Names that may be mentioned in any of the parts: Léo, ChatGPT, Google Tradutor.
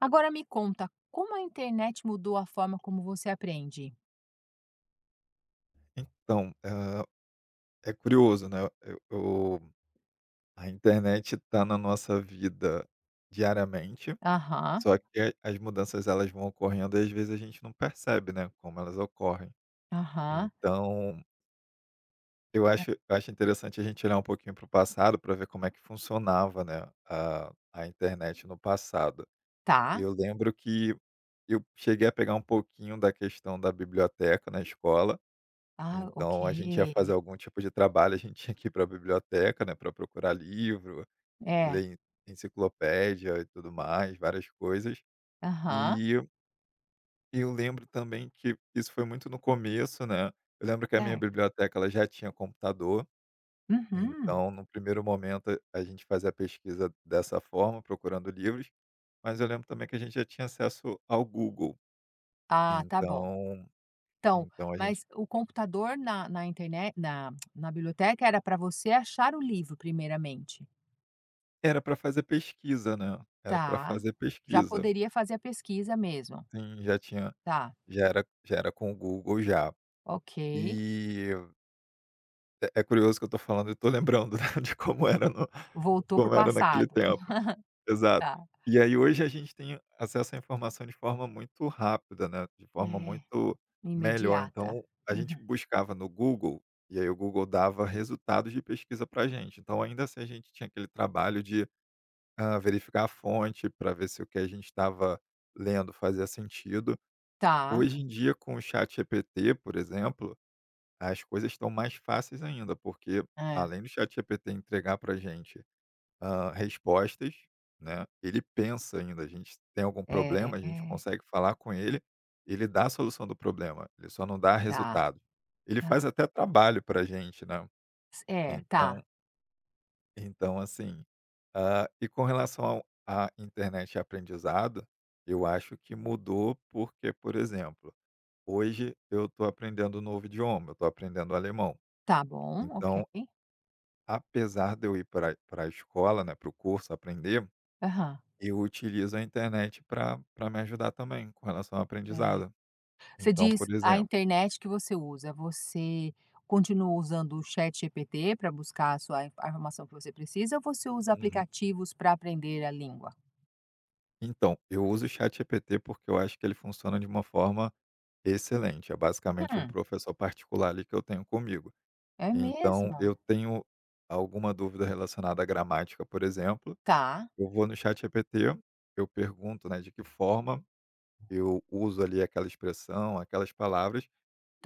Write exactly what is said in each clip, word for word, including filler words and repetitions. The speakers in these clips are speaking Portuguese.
Agora me conta, como a internet mudou a forma como você aprende? Então, hã, é curioso, né, eu eu a internet está na nossa vida diariamente, Aham, só que a as mudanças elas vão ocorrendo e às vezes a gente não percebe, né, como elas ocorrem. aham, Então, eu hã, acho eu acho interessante a gente olhar um pouquinho para o passado para ver como é que funcionava, né, a a internet no passado. tá. Eu lembro que eu cheguei a pegar um pouquinho da questão da biblioteca na escola. Ah, ok. Então a gente ia fazer algum tipo de trabalho, a gente tinha que ir para a biblioteca, né, para procurar livro, É, ler en- enciclopédia e tudo mais, várias coisas. aham, E eu eu lembro também que isso foi muito no começo, né, eu lembro que a minha certo. biblioteca ela já tinha computador, Uhum. então no primeiro momento a a gente fazia a pesquisa dessa forma, procurando livros, mas eu lembro também que a gente já tinha acesso ao Google, Ah, tá bom. então Então, então a gente mas o computador na na internet na na biblioteca era para você achar o livro primeiramente? era para fazer pesquisa, né, era para Tá. fazer Já pesquisa. poderia fazer a pesquisa mesmo. Sim, já tinha Tá, já era já era com o Google já. ok. E é é curioso que eu tô falando e tô lembrando, né, de como era no Voltou pro como era naquele passado. tempo. Exato. Tá. E aí hoje a gente tem acesso à informação de forma muito rápida, né, de forma É, muito melhor. imediata. Então, a gente Uhum. buscava no Google, e aí o Google dava resultados de pesquisa pra gente. Então, ainda assim a gente tinha aquele trabalho de, hã, verificar a fonte para ver se o que a gente estava lendo fazia sentido. Tá. Hoje em dia, com o chat ChatGPT, por exemplo, as coisas estão mais fáceis ainda, porque É. além do chat ChatGPT entregar para a gente ah, respostas, né, ele pensa ainda. A gente tem algum É, problema, a gente é, consegue falar com ele, ele dá a solução do problema, ele só não dá tá. resultado. Ele faz Ah, até trabalho para a gente, né? é, Então, tá. então assim. ah, e com relação ao- à internet e aprendizado, eu acho que mudou porque, por exemplo, hoje eu estou aprendendo um novo idioma, eu estou aprendendo alemão. Tá bom, ok. Então, apesar de eu ir para a escola, né, para o curso aprender, Aham. eu utilizo a internet para pra me ajudar também com relação ao É. aprendizado. Você Então, diz por a exemplo, internet que você usa, você continua usando o Chat ChatGPT para buscar a sua in- a informação que você precisa ou você usa uhum. aplicativos para aprender a língua? Então, eu uso o ChatGPT porque eu acho que ele funciona de uma forma excelente, é basicamente um Hum, professor particular ali que eu tenho comigo. é Então mesmo? eu tenho alguma dúvida relacionada à gramática, por exemplo, Tá, eu vou no ChatGPT, eu pergunto, né, de que forma eu uso ali aquela expressão, aquelas palavras,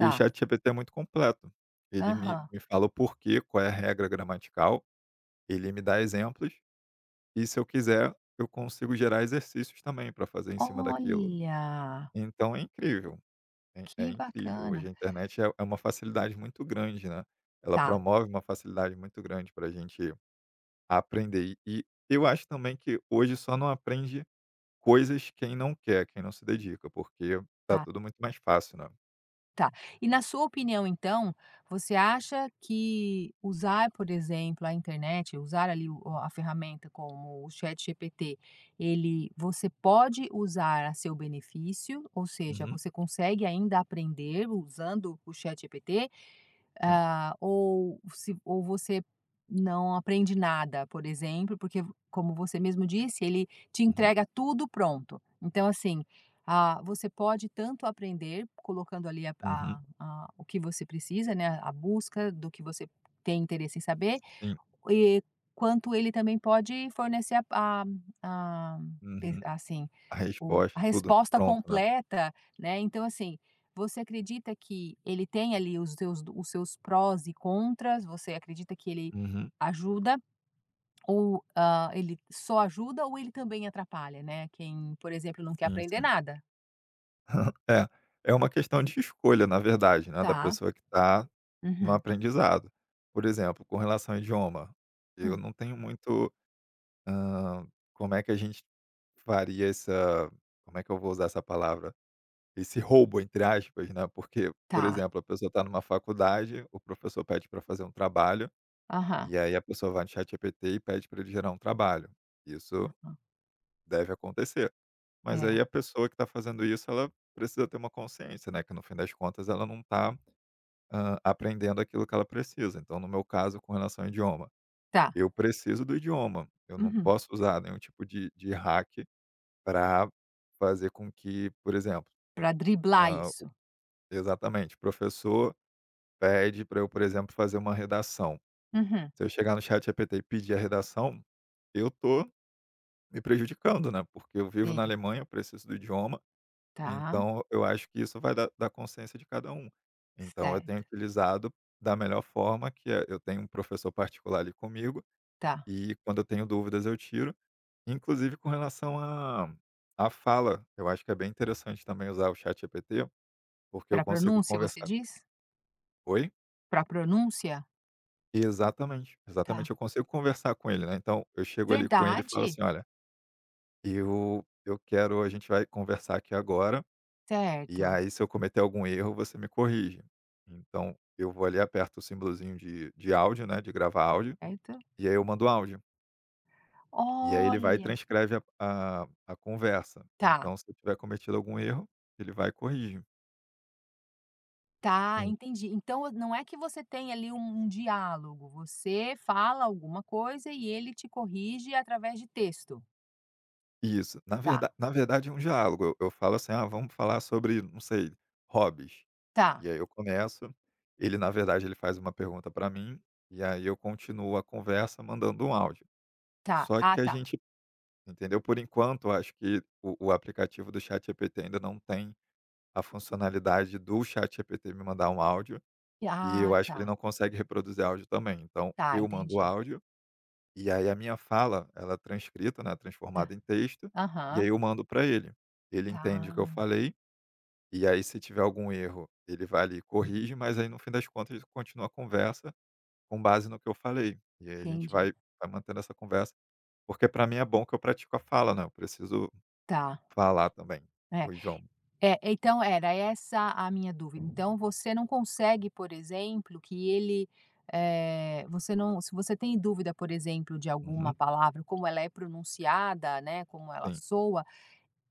e o chat G P T é muito completo. Ele me Aham. me fala o porquê, qual é a regra gramatical, ele me dá exemplos, e se eu quiser, eu consigo gerar exercícios também para fazer em cima daquilo. Olha, Então é incrível, é é que incrível. Hoje bacana. a internet é é uma facilidade muito grande, né. Ela Tá, promove uma facilidade muito grande para a gente aprender. E eu acho também que hoje só não aprende coisas quem não quer, quem não se dedica, porque tá tá. tudo muito mais fácil, né. Tá. E na sua opinião, então, você acha que usar, por exemplo, a internet, usar ali o a ferramenta como o ChatGPT, ele você pode usar a seu benefício, ou seja, Uhum. você consegue ainda aprender usando o ChatGPT? Sim. Ah, ou se ou você não aprende nada, por exemplo, porque como você mesmo disse, ele te Uhum. entrega tudo pronto. Então assim, ah, você pode tanto aprender colocando ali a Uhum. a a o que você precisa, né, a busca do que você tem interesse em saber, Sim. e quanto ele também pode fornecer a a a pe Uhum. assim, A o resposta, a tudo resposta pronto, né. completa, né, então assim, você acredita que ele tem ali os seus os seus prós e contras, você acredita que ele Uhum. ajuda ou, hã, ele só ajuda ou ele também atrapalha, né, quem, por exemplo, não quer Sim, aprender sim. nada? É, é uma questão de escolha, na verdade, né, da Tá. pessoa que está no Uhum. aprendizado. Por exemplo, com relação ao idioma, eu Hum. não tenho muito, hã, como é que a gente faria essa como é que eu vou usar essa palavra? Esse "roubo", entre aspas, né, porque, por Tá. exemplo, a pessoa está numa faculdade, o professor pede para fazer um trabalho. Aham. E aí a pessoa vai no ChatGPT e pede para ele gerar um trabalho. Isso Aham. deve acontecer. Mas É. aí a pessoa que está fazendo isso, ela precisa ter uma consciência, né, que no fim das contas ela não está aprendendo aquilo que ela precisa. Então, no meu caso, com relação ao idioma, Tá. eu preciso do idioma. Eu não Uhum. posso usar nenhum tipo de de hack para fazer com que, por exemplo, Para driblar hã, o isso. exatamente, professor pede para eu, por exemplo, fazer uma redação. Uhum. Se eu chegar no ChatGPT e pedir a redação, eu tô me prejudicando, né, porque eu vivo na Sim. Alemanha, eu preciso do idioma, Tá. então eu acho que isso vai da da consciência de cada um. Então eu tenho Certo. utilizado da melhor forma, que é eu tenho um professor particular ali comigo, Tá. e quando eu tenho dúvidas eu tiro, inclusive com relação à à fala, eu acho que é bem interessante também usar o Chat ChatGPT, porque eu Para consigo pronúncia, você conversar. diz? Oi? Para pronúncia? Exatamente, Tá. exatamente, eu consigo conversar com ele, né, então eu chego ali com ele e falo assim: Verdade? "Olha, eu eu quero a gente vai conversar aqui agora, e Certo, aí, se eu cometer algum erro, você me corrige. Então, eu vou ali, aperto o símbolozinho de, de áudio, né? De gravar áudio, certo. e aí eu mando áudio. E aí ele vai e Olha, transcreve a, a, a conversa. tá, Então, se eu tiver cometido algum erro, ele vai e corrige. tá, E- entendi. Então não é que você tem ali um um diálogo, você fala alguma coisa e ele te corrige através de texto. Isso. Na Tá, verdade, na verdade, é um diálogo. Eu, eu falo assim, ah, vamos falar sobre, não sei, hobbies. tá, E aí eu começo. Ele, na verdade, ele faz uma pergunta para mim, e aí eu continuo a conversa mandando um áudio. tá. Só Ah, que a tá. gente, entendeu? Por enquanto, eu acho que o o aplicativo do ChatGPT ainda não tem a funcionalidade do ChatGPT me mandar um áudio, e eu Ah, acho que ele tá, não consegue reproduzir áudio também. Então tá, eu mando o entendi. áudio, e aí a minha fala, ela é transcrita, né, Tá. transformada em texto, e aí Aham, eu mando para ele. Ele entende o que eu tá, falei, e aí se tiver algum erro, ele vai ali e corrige, mas aí no fim das contas continua a conversa com base no que eu falei. E aí a gente entendi. vai vai mantendo essa conversa, porque para mim é bom que eu pratico a fala, né, eu preciso Tá, falar também é. o idioma. É, então era essa a minha dúvida. Então você não consegue, por exemplo, que ele, eh, você não se você tem dúvida, por exemplo, de alguma Uhum, palavra, como ela é pronunciada, né, como ela sim. soa,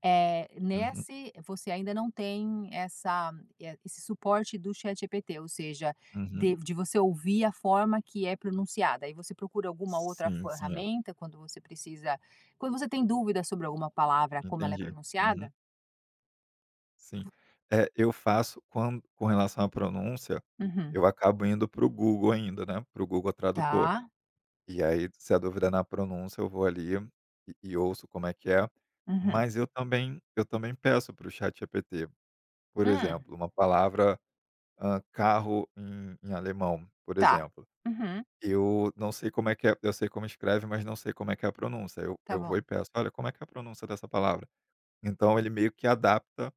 eh, Uhum, nesse você ainda não tem essa eh, esse suporte do ChatGPT, ou seja, uhum. de de você ouvir a forma que é pronunciada. Aí você procura alguma outra Sim, sim, é. ferramenta quando você precisa quando você tem dúvida sobre alguma palavra, como ela é Entendi. Uhum, pronunciada? sim. É, eu faço quando com relação à pronúncia, Uhum. eu acabo indo para o Google ainda, né, para o Google Tradutor. Tá. E aí, se a dúvida é na pronúncia, eu vou ali e e ouço como é que é, Uhum. mas eu também eu também peço para o ChatGPT, por exemplo, Hum, uma palavra, hã, carro em em alemão, por tá. exemplo. Uhum, Eu não sei como é que é, eu sei como escreve, mas não sei como é que é a pronúncia. Eu tá eu vou e bom. peço: "Olha, como é que é a pronúncia dessa palavra?". Então ele meio que adapta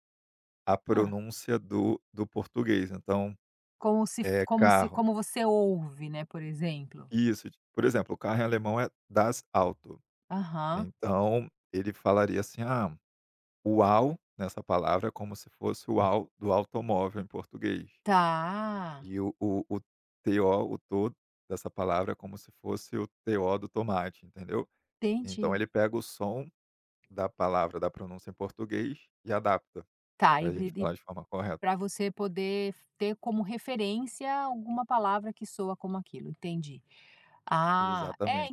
a Hã. pronúncia do do português. Então, Como se f é como se carro como você ouve, né, por exemplo. isso. Por exemplo, o carro em alemão é das Auto. Aham. Então ele falaria assim: "Ah, o au nessa palavra é como se fosse o au do automóvel em português. Tá, E o o o to o to dessa palavra é como se fosse o to do tomate", entendeu? Então entendi. ele pega o som da palavra, da pronúncia em português e adapta Tá, para e a gente e falar de forma correta. e você poder ter como referência alguma palavra que soa como aquilo, entendi. Ah, é Exatamente.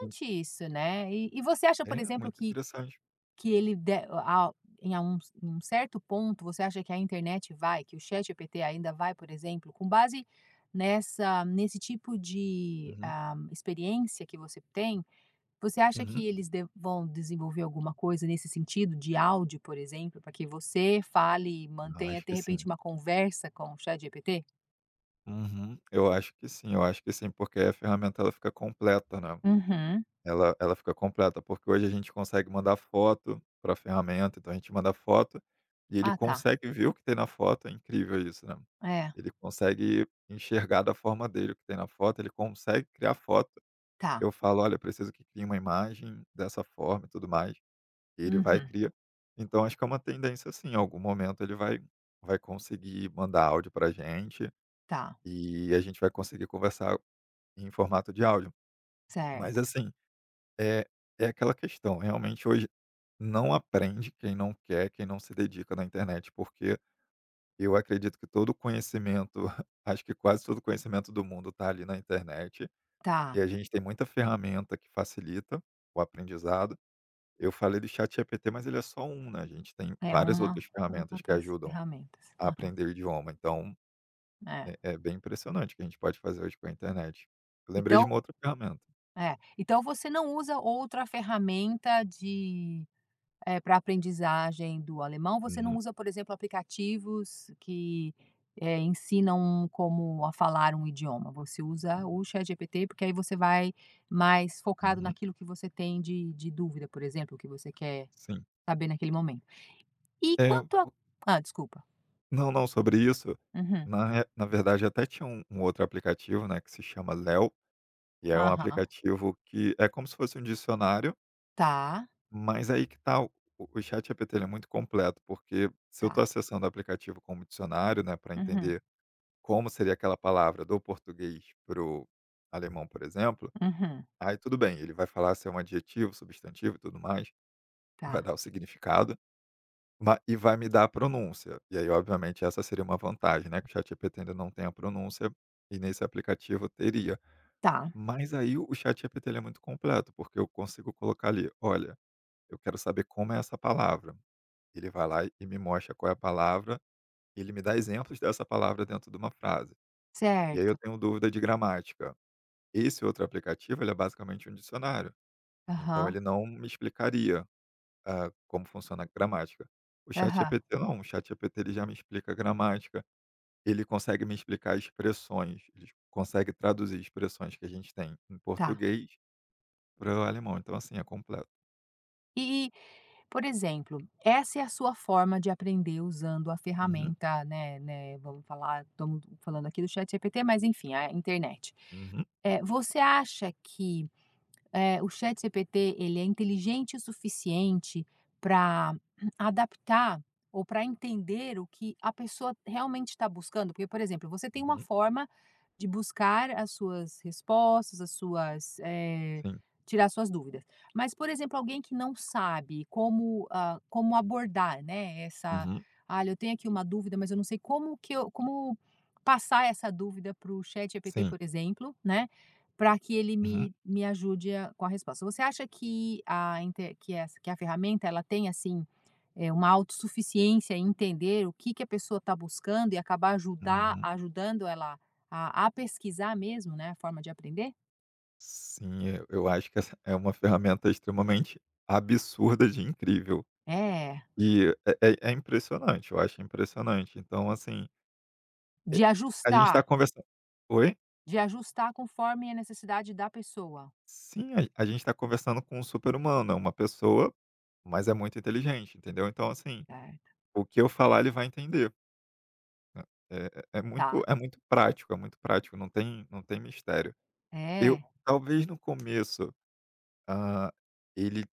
En isso, né. E e você acha, por É exemplo, muito que interessante. Que ele de a em um em um certo ponto, você acha que a internet vai, que o Chat ChatGPT ainda vai, por exemplo, com base nessa nesse tipo de, Uhum, ah, experiência que você tem, você acha uhum. que eles de vão desenvolver alguma coisa nesse sentido de áudio, por exemplo, para que você fale e Eu mantenha, acho de que repente, sim. uma conversa com o ChatGPT? Uhum. Eu acho que sim, eu acho que sim, porque a ferramenta ela fica completa, né. Uhum. Ela ela fica completa, porque hoje a gente consegue mandar foto para a ferramenta, então a gente manda foto e ele Ah, tá. consegue ver o que tem na foto, é incrível isso, né. É, Ele consegue enxergar da forma dele o que tem na foto, ele consegue criar foto. tá. Eu falo: "Olha, eu preciso que crie uma imagem dessa forma e tudo mais", e ele vai e Uhum. cria. Então acho que é uma tendência assim, em algum momento ele vai vai conseguir mandar áudio pra gente, Tá, e a gente vai conseguir conversar em formato de áudio. Mas certo. assim, é é aquela questão, realmente hoje não aprende quem não quer, quem não se dedica na internet, porque eu acredito que todo conhecimento, acho que quase todo conhecimento do mundo está ali na internet, e Tá. a gente tem muita ferramenta que facilita o aprendizado. Eu falei do ChatGPT, mas ele é só um, né, a gente tem É várias uma outras uma ferramentas que das ajudam ferramentas. a Aham, aprender idioma, então é. é é bem impressionante o que a gente pode fazer hoje com a internet. Eu lembrei de uma Então outra ferramenta. é, então você não usa outra ferramenta de eh, para aprendizagem do alemão, você não Uhum, usa, por exemplo, aplicativos que, eh, ensinam como a falar um idioma, você usa o ChatGPT, porque aí você vai mais focado uhum, naquilo que você tem de de dúvida, por exemplo, o que você quer sim. saber naquele momento. E É, quanto a ah, desculpa. não, não, sobre isso, Uhum. na re na verdade até tinha um um outro aplicativo, né, que se chama Léo, e é um Aham. aplicativo que é como se fosse um dicionário, Tá, mas aí que tá, o o ChatGPT ele é muito completo, porque se eu estou tá. acessando o aplicativo como dicionário, né, para Uhum, entender como seria aquela palavra do português para o alemão, por exemplo, uhum. aí tudo bem, ele vai falar se é um adjetivo, substantivo e tudo mais, vai Tá, dar o significado, ma e vai me dar a pronúncia. E aí, obviamente, essa seria uma vantagem, né, que o ChatGPT ainda não tem a pronúncia, e nesse aplicativo teria. tá. Mas aí o ChatGPT ele é muito completo, porque eu consigo colocar ali: "Olha, eu quero saber como é essa palavra". Ele vai lá e me mostra qual é a palavra, ele me dá exemplos dessa palavra dentro de uma frase. E aí Certo. eu tenho dúvida de gramática. Esse outro aplicativo, ele é basicamente um dicionário, então Aham, ele não me explicaria, ah, como funciona a gramática. O Chat aham. ChatGPT não, o Chat ChatGPT ele já me explica a gramática, ele consegue me explicar expressões, ele consegue traduzir expressões que a gente tem em Tá. português para o alemão, então assim, é completo. E e, por exemplo, essa é a sua forma de aprender usando a Uhum, ferramenta, né né, vamos falar estamos falando aqui do Chat ChatGPT, mas enfim, a internet. uhum, É você acha que eh, o ChatGPT ele é inteligente o suficiente para adaptar ou para entender o que a pessoa realmente está buscando. Porque, por exemplo, você tem uma uhum, forma de buscar as suas respostas, as suas eh, sim, tirar suas dúvidas. Mas, por exemplo, alguém que não sabe como ah, como abordar, né? Essa, uhum, ah eu tenho aqui uma dúvida, mas eu não sei como que eu, como passar essa dúvida para o ChatGPT, sim, por exemplo, né? Para que ele uhum, me me ajude a com a resposta. Você acha que a inte que essa que a ferramenta ela tem, assim, eh, uma autossuficiência em entender o que que a pessoa está buscando e acabar ajudar uhum. ajudando ela a a pesquisar mesmo, né, a forma de aprender? Sim, eu eu acho que essa é uma ferramenta extremamente absurda de incrível. É, E é é é impressionante, eu acho impressionante. Então, assim, eh, de a gente está ajustar, conversando. Oi? de ajustar conforme a necessidade da pessoa. Sim, a a gente está conversando com um super-humano, é uma pessoa, mas é muito inteligente, entendeu. Então, assim, Certo. o que eu falar ele vai entender, né. É é é muito, Tá. é muito prático, é muito prático, não tem, não tem mistério. Eu É. talvez no começo, ah ele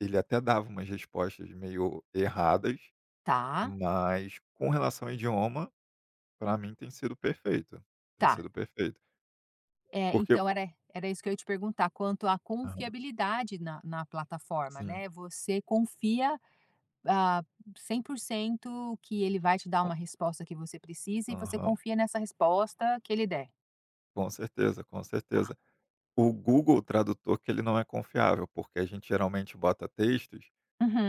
ele até dava umas respostas meio erradas, Tá, mas com relação ao idioma, para mim tem sido perfeito, tem tá. sido perfeito. É, Porque então era era isso que eu ia te perguntar, quanto à aham, confiabilidade na na plataforma, sim. né, você confia ah, cem por cento que ele vai te dar Com uma resposta que você precisa e você aham, confia nessa resposta que ele der. com certeza, com Tá. certeza. O Google Tradutor que ele não é confiável, porque a gente geralmente bota textos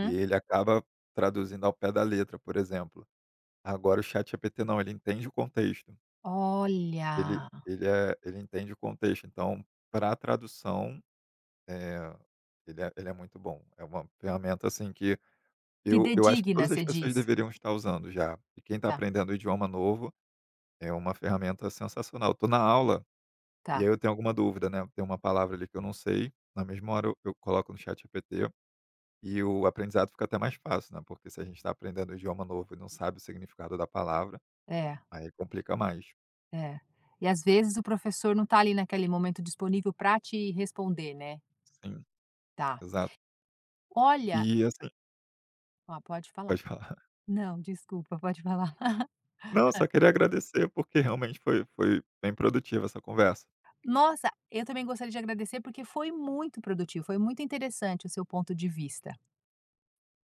e ele acaba traduzindo ao pé da letra, por exemplo. Agora o ChatGPT não, ele entende o contexto. Ele Olha, ele é ele entende o contexto, então para a tradução, eh, ele é ele é muito bom. É uma ferramenta, assim, que eu eu acho que fidedigna, todas as você pessoas diz. deveriam estar usando já. E quem está Tá, aprendendo um idioma novo, é uma ferramenta sensacional. Estou na aula e aí tá. eu tenho alguma dúvida, né, tem uma palavra ali que eu não sei, na mesma hora eu eu coloco no chat ChatGPT e o aprendizado fica até mais fácil, né, porque se a gente está aprendendo um idioma novo e não sabe o significado da palavra, É, aí complica mais. é. E às vezes o professor não tá ali naquele momento disponível para te responder, né. Sim, Tá. exato. Olha E assim, ó, pode pode falar. falar. Não, desculpa, pode falar. Não, eu só queria agradecer porque realmente foi foi bem produtiva essa conversa. Nossa, eu também gostaria de agradecer, porque foi muito produtivo, foi muito interessante o seu ponto de vista.